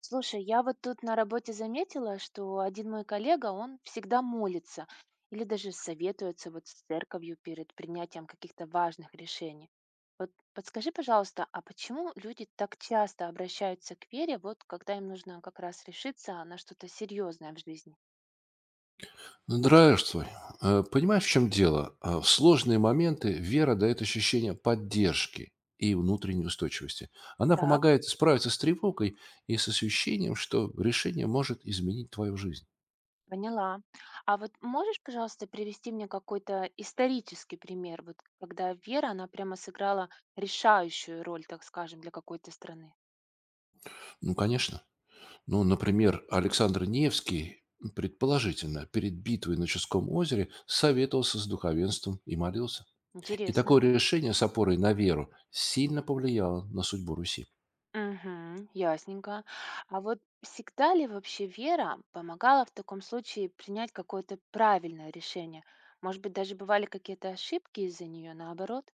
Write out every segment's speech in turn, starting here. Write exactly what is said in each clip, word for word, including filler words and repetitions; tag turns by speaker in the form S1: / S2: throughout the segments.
S1: Слушай, я вот тут на работе заметила, что один мой коллега, он всегда молится или даже советуется вот с церковью перед принятием каких-то важных решений. Вот подскажи, пожалуйста, а почему люди так часто обращаются к вере, вот когда им нужно как раз решиться на что-то серьезное в жизни?
S2: Здравствуй. Э, Понимаешь, в чем дело? А, В сложные моменты вера дает ощущение поддержки и внутренней устойчивости. Она
S1: Так.
S2: помогает справиться с тревогой и с ощущением, что решение может изменить твою жизнь.
S1: Поняла. А вот можешь, пожалуйста, привести мне какой-то исторический пример, вот когда вера, она прямо сыграла решающую роль, так скажем, для какой-то страны?
S2: Ну, конечно. Ну, например, Александр Невский, предположительно, перед битвой на Ческом озере советовался с духовенством и молился. И
S1: Интересно.
S2: такое решение с опорой на веру сильно повлияло на судьбу Руси.
S1: Угу, ясненько. А вот всегда ли вообще вера помогала в таком случае принять какое-то правильное решение? Может быть, даже бывали какие-то ошибки из-за нее, наоборот?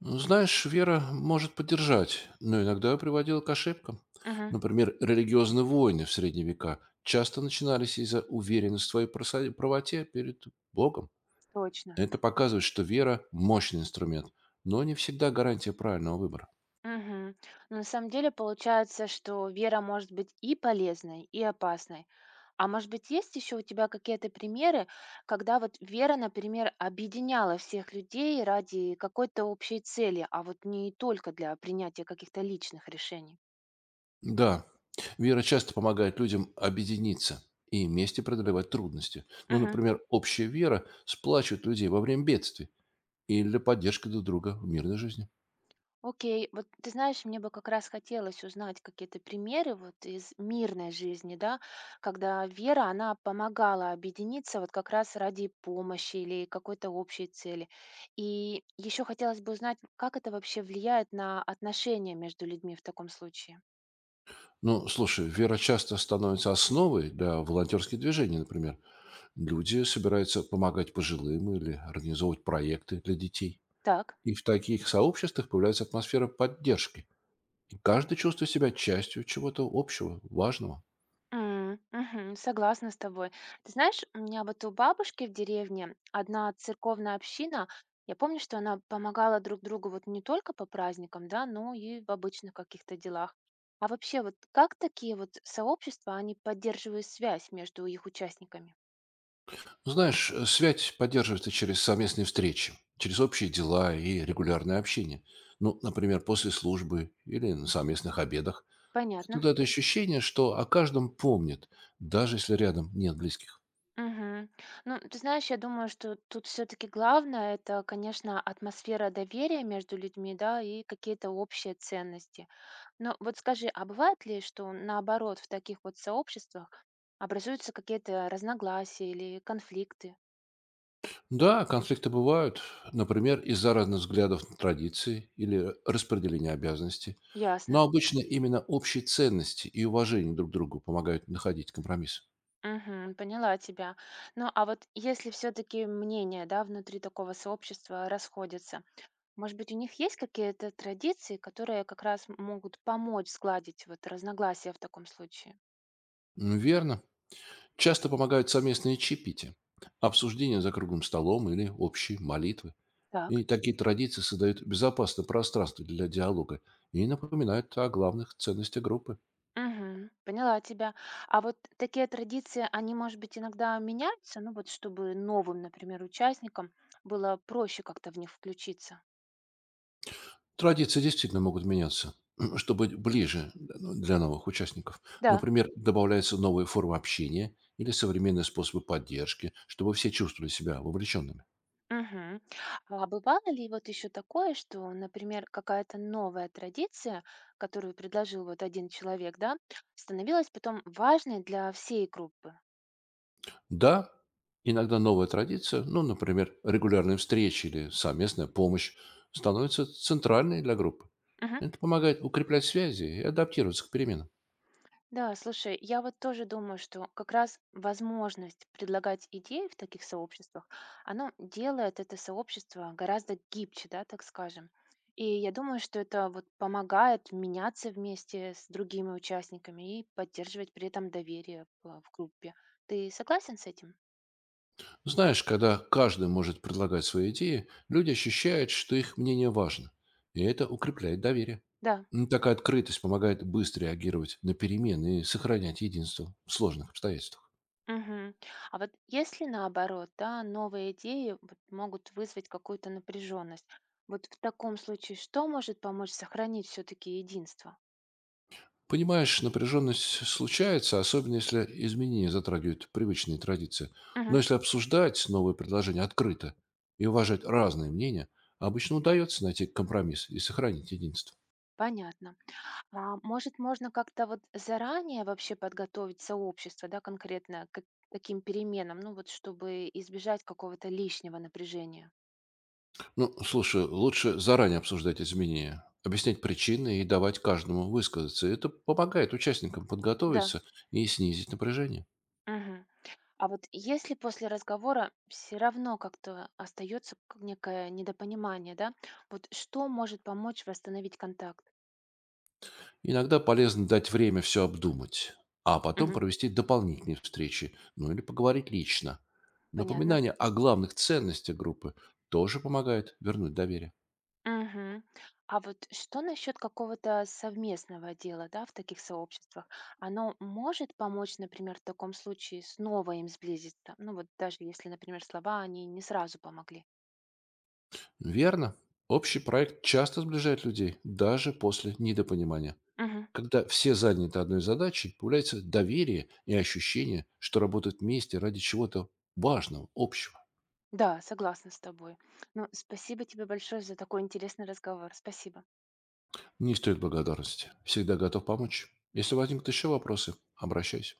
S2: Ну, знаешь, вера может поддержать, но иногда приводила к ошибкам.
S1: Угу.
S2: Например, религиозные войны в средние века часто начинались из-за уверенности в твоей просо- правоте перед Богом.
S1: Точно.
S2: Это показывает, что вера — мощный инструмент, но не всегда гарантия правильного выбора.
S1: Угу. Но на самом деле получается, что вера может быть и полезной, и опасной. А может быть, есть еще у тебя какие-то примеры, когда вот вера, например, объединяла всех людей ради какой-то общей цели, а вот не только для принятия каких-то личных решений?
S2: Да, вера часто помогает людям объединиться и вместе преодолевать трудности. Ну,
S1: Мгм.
S2: например, общая вера сплачивает людей во время бедствий или для поддержки друг друга в мирной жизни.
S1: Окей, вот ты знаешь, мне бы как раз хотелось узнать какие-то примеры вот из мирной жизни, да, когда вера, она помогала объединиться вот как раз ради помощи или какой-то общей цели. И еще хотелось бы узнать, как это вообще влияет на отношения между людьми в таком случае.
S2: Ну, слушай, вера часто становится основой для волонтерских движений, например. Люди собираются помогать пожилым или организовывать проекты для детей.
S1: Так.
S2: И в таких сообществах появляется атмосфера поддержки. И каждый чувствует себя частью чего-то общего, важного.
S1: М, мгм. Согласна с тобой. Ты знаешь, у меня вот у бабушки в деревне одна церковная община. Я помню, что она помогала друг другу вот не только по праздникам, да, но и в обычных каких-то делах. А вообще вот как такие вот сообщества, они поддерживают связь между их участниками?
S2: Ну, знаешь, э, связь поддерживается через совместные встречи, через общие дела и регулярное общение. Ну, например, после службы или на совместных обедах. Это
S1: Понятно.
S2: дает ощущение, что о каждом помнят, даже если рядом нет близких.
S1: Мгм. Ну, ты знаешь, я думаю, что тут все-таки главное это, конечно, атмосфера доверия между людьми, да, и какие-то общие ценности. Но вот скажи, а бывает ли, что наоборот в таких вот сообществах образуются какие-то разногласия или конфликты?
S2: Да, конфликты бывают, например, из-за разных взглядов на традиции или распределения обязанностей.
S1: Ясно.
S2: Но обычно именно общие ценности и уважение друг к другу помогают находить компромисс.
S1: Мгм, поняла тебя. Ну, а вот если все-таки мнения, да, внутри такого сообщества расходятся, может быть, у них есть какие-то традиции, которые как раз могут помочь сгладить вот разногласия в таком случае?
S2: М, Верно. Часто помогают совместные чипити, обсуждения за круглым столом или общие молитвы.
S1: Так.
S2: И такие традиции создают безопасное пространство для диалога и напоминают о главных ценностях группы.
S1: Мгм. Поняла тебя. А вот такие традиции, они, может быть, иногда меняются, ну вот чтобы новым, например, участникам было проще как-то в них включиться.
S2: Традиции действительно могут меняться, чтобы быть ближе, да, ну, для новых участников.
S1: Да.
S2: Например, добавляются новые формы общения или современные способы поддержки, чтобы все чувствовали себя вовлеченными.
S1: Мгм. А бывало ли вот еще такое, что, например, какая-то новая традиция, которую предложил вот один человек, да, становилась потом важной для всей группы?
S2: Да, иногда новая традиция, ну, например, регулярные встречи или совместная помощь, становится центральной для группы. Это помогает укреплять связи и адаптироваться к переменам.
S1: Да, слушай, я вот тоже думаю, что как раз возможность предлагать идеи в таких сообществах, оно делает это сообщество гораздо гибче, да, так скажем. И я думаю, что это вот помогает меняться вместе с другими участниками и поддерживать при этом доверие в, в группе. Ты согласен с этим?
S2: Знаешь, когда каждый может предлагать свои идеи, люди ощущают, что их мнение важно, и это укрепляет доверие.
S1: Да.
S2: М, Такая открытость помогает быстро реагировать на перемены и сохранять единство в сложных обстоятельствах.
S1: Мгм. А вот если наоборот, да, новые идеи вот могут вызвать какую-то напряженность, вот в таком случае что может помочь сохранить все-таки единство?
S2: Понимаешь, напряженность случается, особенно если изменения затрагивают привычные традиции. Но
S1: Мгм.
S2: если обсуждать новые предложения открыто и уважать разные мнения, обычно удается найти компромисс и сохранить единство.
S1: Понятно. А может, можно как-то вот заранее вообще подготовить сообщество, да, конкретно к таким переменам, ну вот чтобы избежать какого-то лишнего напряжения?
S2: Ну, слушай, лучше заранее обсуждать изменения, объяснять причины и давать каждому высказаться. Это помогает участникам
S1: Да.
S2: подготовиться и снизить напряжение.
S1: Мгм. А вот если после разговора все равно как-то остается к- некое недопонимание, да, вот что может помочь восстановить контакт?
S2: Иногда полезно дать время все обдумать, а потом
S1: Мгм.
S2: провести дополнительные встречи, ну или поговорить лично.
S1: Понятно.
S2: Напоминание о главных ценностях группы тоже помогает вернуть доверие.
S1: Мгм. А вот что насчет какого-то совместного дела, да, в таких сообществах? Оно может помочь, например, в таком случае снова им сблизиться? Ну вот даже если, например, слова, они не сразу помогли.
S2: Верно, общий проект часто сближает людей, даже после недопонимания.
S1: Мгм.
S2: Когда все заняты одной задачей, появляется доверие и ощущение, что работают вместе ради чего-то важного, общего.
S1: Да, согласна с тобой. Ну, спасибо тебе большое за такой интересный разговор. Спасибо.
S2: Не стоит благодарности. Всегда готов помочь. Если возникнут еще вопросы, обращайся.